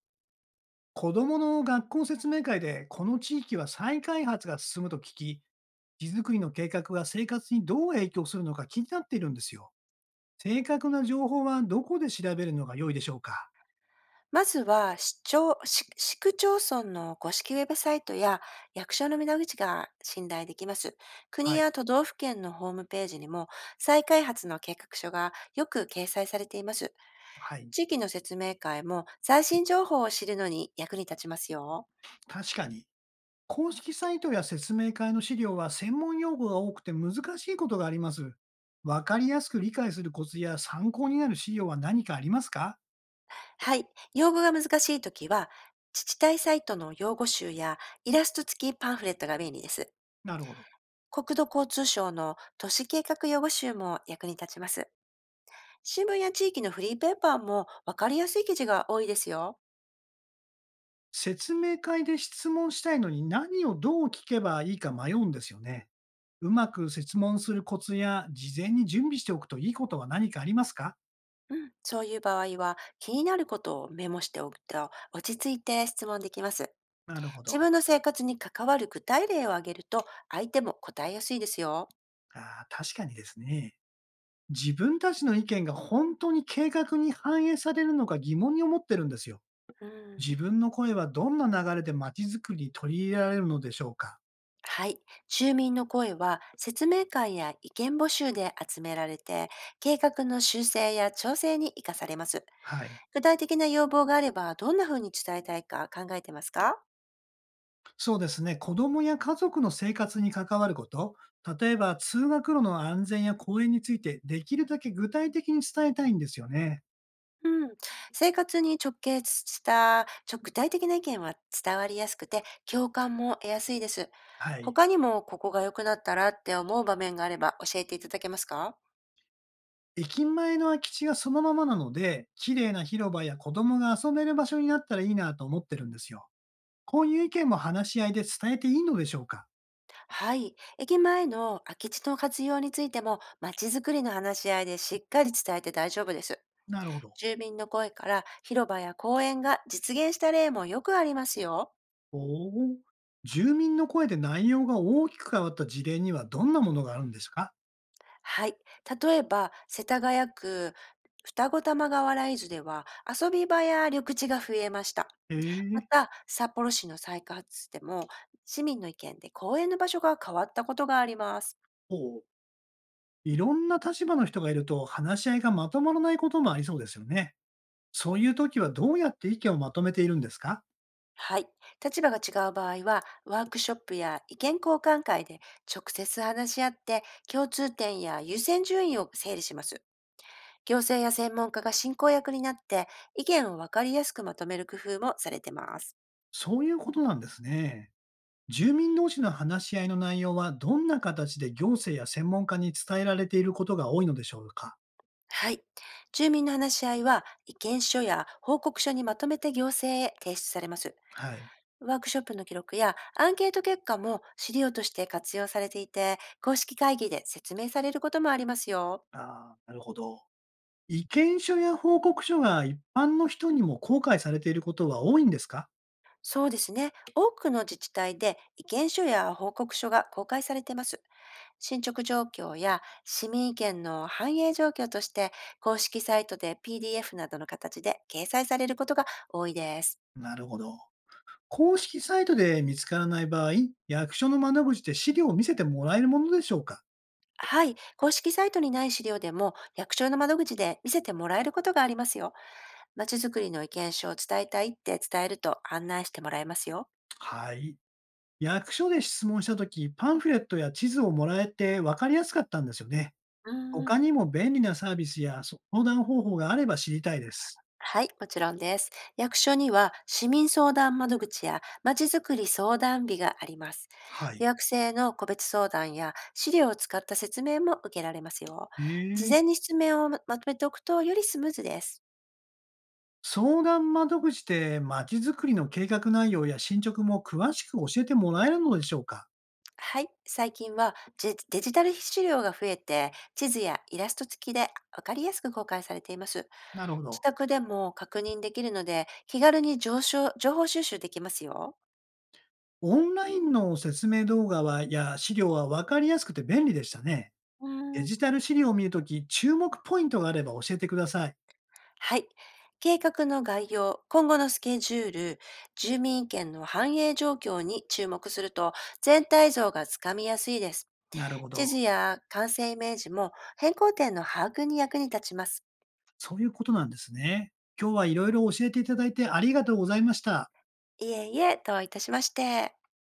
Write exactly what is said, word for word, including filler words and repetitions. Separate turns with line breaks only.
子どもの学校説明会で、この地域は再開発が進むと聞き、地づくりの計画が生活にどう影響するのか気になっているんですよ。正確な情報はどこで調べるのが良いでしょうか？
まずは、市町市市区町村の公式ウェブサイトや役所の窓口が信頼できます。国
はい。
や都道府県のホームページにも再開発の計画書がよく掲載されています。
はい。
地域の説明会も最新情報を知るのに役に立ちますよ。
確かに。公式サイトや説明会の資料は専門用語が多くて難しいことがあります。わかりやすく理解するコツや参考になる資料は何かありますか？
はい。用語が難しいときは、自治体サイトの用語集やイラスト付きパンフレットが便利です。
なるほど。
国土交通省の都市計画用語集も役に立ちます。新聞や地域のフリーペーパーも分かりやすい記事が多いですよ。
説明会で質問したいのに何をどう聞けばいいか迷うんですよね。うまく質問するコツや、事前に準備しておくといいことは何かありますか？
うん、そういう場合は、気になることをメモしておくと落ち着いて質問できます。
なるほ
自
ど。
分の生活に関わる具体例を挙げると、相手も答えやすいですよ。
ああ、確かにですね。自分たちの意見が本当に計画に反映されるのか疑問に思ってるんですよ。
うん、
自分の声はどんな流れで街づくりに取り入れられるのでしょうか？
はい。住民の声は説明会や意見募集で集められて、計画の修正や調整に生かされます。
はい。
具体的な要望があれば、どんな風に伝えたいか考えてますか？
そうですね。子供や家族の生活に関わること、例えば通学路の安全や公園についてできるだけ具体的に伝えたいんですよね。
うん、生活に直結したちょ具体的な意見は、伝わりやすくて共感も得やすいです。
はい。
他にもここが良くなったらって思う場面があれば教えていただけますか？
駅前の空き地がそのままなので、綺麗な広場や子供が遊べる場所になったらいいなと思ってるんですよ。こういう意見も話し合いで伝えていいのでしょうか？
はい。駅前の空き地の活用についても、街づくりの話し合いでしっかり伝えて大丈夫です。
なるほど。
住民の声から広場や公園が実現した例もよくありますよ。
おお。住民の声で内容が大きく変わった事例にはどんなものがあるんですか？
はい。例えば、世田谷区双子玉川ライズでは、遊び場や緑地が増えました。
へ
ま
え。
た、札幌市の再開発でも、市民の意見で公園の場所が変わったことがあります。
おおう。いろんな立場の人がいると話し合いがまとまらないこともありそうですよね。そういう時はどうやって意見をまとめているんですか？
はい。立場が違う場合は、ワークショップや意見交換会で直接話し合って、共通点や優先順位を整理します。行政や専門家が進行役になって、意見を分かりやすくまとめる工夫もされてます。
そういうことなんですね。住民同士の話し合いの内容はどんな形で行政や専門家に伝えられていることが多いのでしょうか？
はい。住民の話し合いは、意見書や報告書にまとめて行政へ提出されます。
はい。
ワークショップの記録やアンケート結果も資料として活用されていて、公式会議で説明されることもありますよ。
ああ、なるほど。意見書や報告書が一般の人にも公開されていることは多いんですか？
そうですね。多くの自治体で意見書や報告書が公開されています。進捗状況や市民意見の反映状況として、公式サイトで ピーディーエフ などの形で掲載されることが多いです。
なるほど。公式サイトで見つからない場合、役所の窓口で資料を見せてもらえるものでしょうか？
はい。公式サイトにない資料でも、役所の窓口で見せてもらえることがありますよ。まちづくりの意見書を伝えたいって伝えると、案内してもらえますよ。
はい。役所で質問したとき、パンフレットや地図をもらえて分かりやすかったんですよね。
うーん、
他にも便利なサービスや相談方法があれば知りたいです。
はい、もちろんです。役所には市民相談窓口やまちづくり相談日があります。
は
予
い。
約制の個別相談や資料を使った説明も受けられますよ。
へ
事
え。
前に質問をまとめておくと、よりスムーズです。
相談窓口でまちづくりの計画内容や進捗も詳しく教えてもらえるのでしょうか？
はい、最近はジデジタル資料が増えて、地図やイラスト付きで分かりやすく公開されています。
なるほ
自
ど。
宅でも確認できるので、気軽に上昇情報収集できますよ。
オンラインの説明動画はや資料は分かりやすくて便利でしたね。
うー
デ
ん
ジタル資料を見るとき、注目ポイントがあれば教えてください。
はい。計画の概要、今後のスケジュール、住民権の反映状況に注目すると、全体像がつかみやすいです。
なるほ
地
ど。
図や完成イメージも変更点の把握に役に立ちます。
そういうことなんですね。今日はいろいろ教えていただいてありがとうございました。
いえいえ、どういたしまして。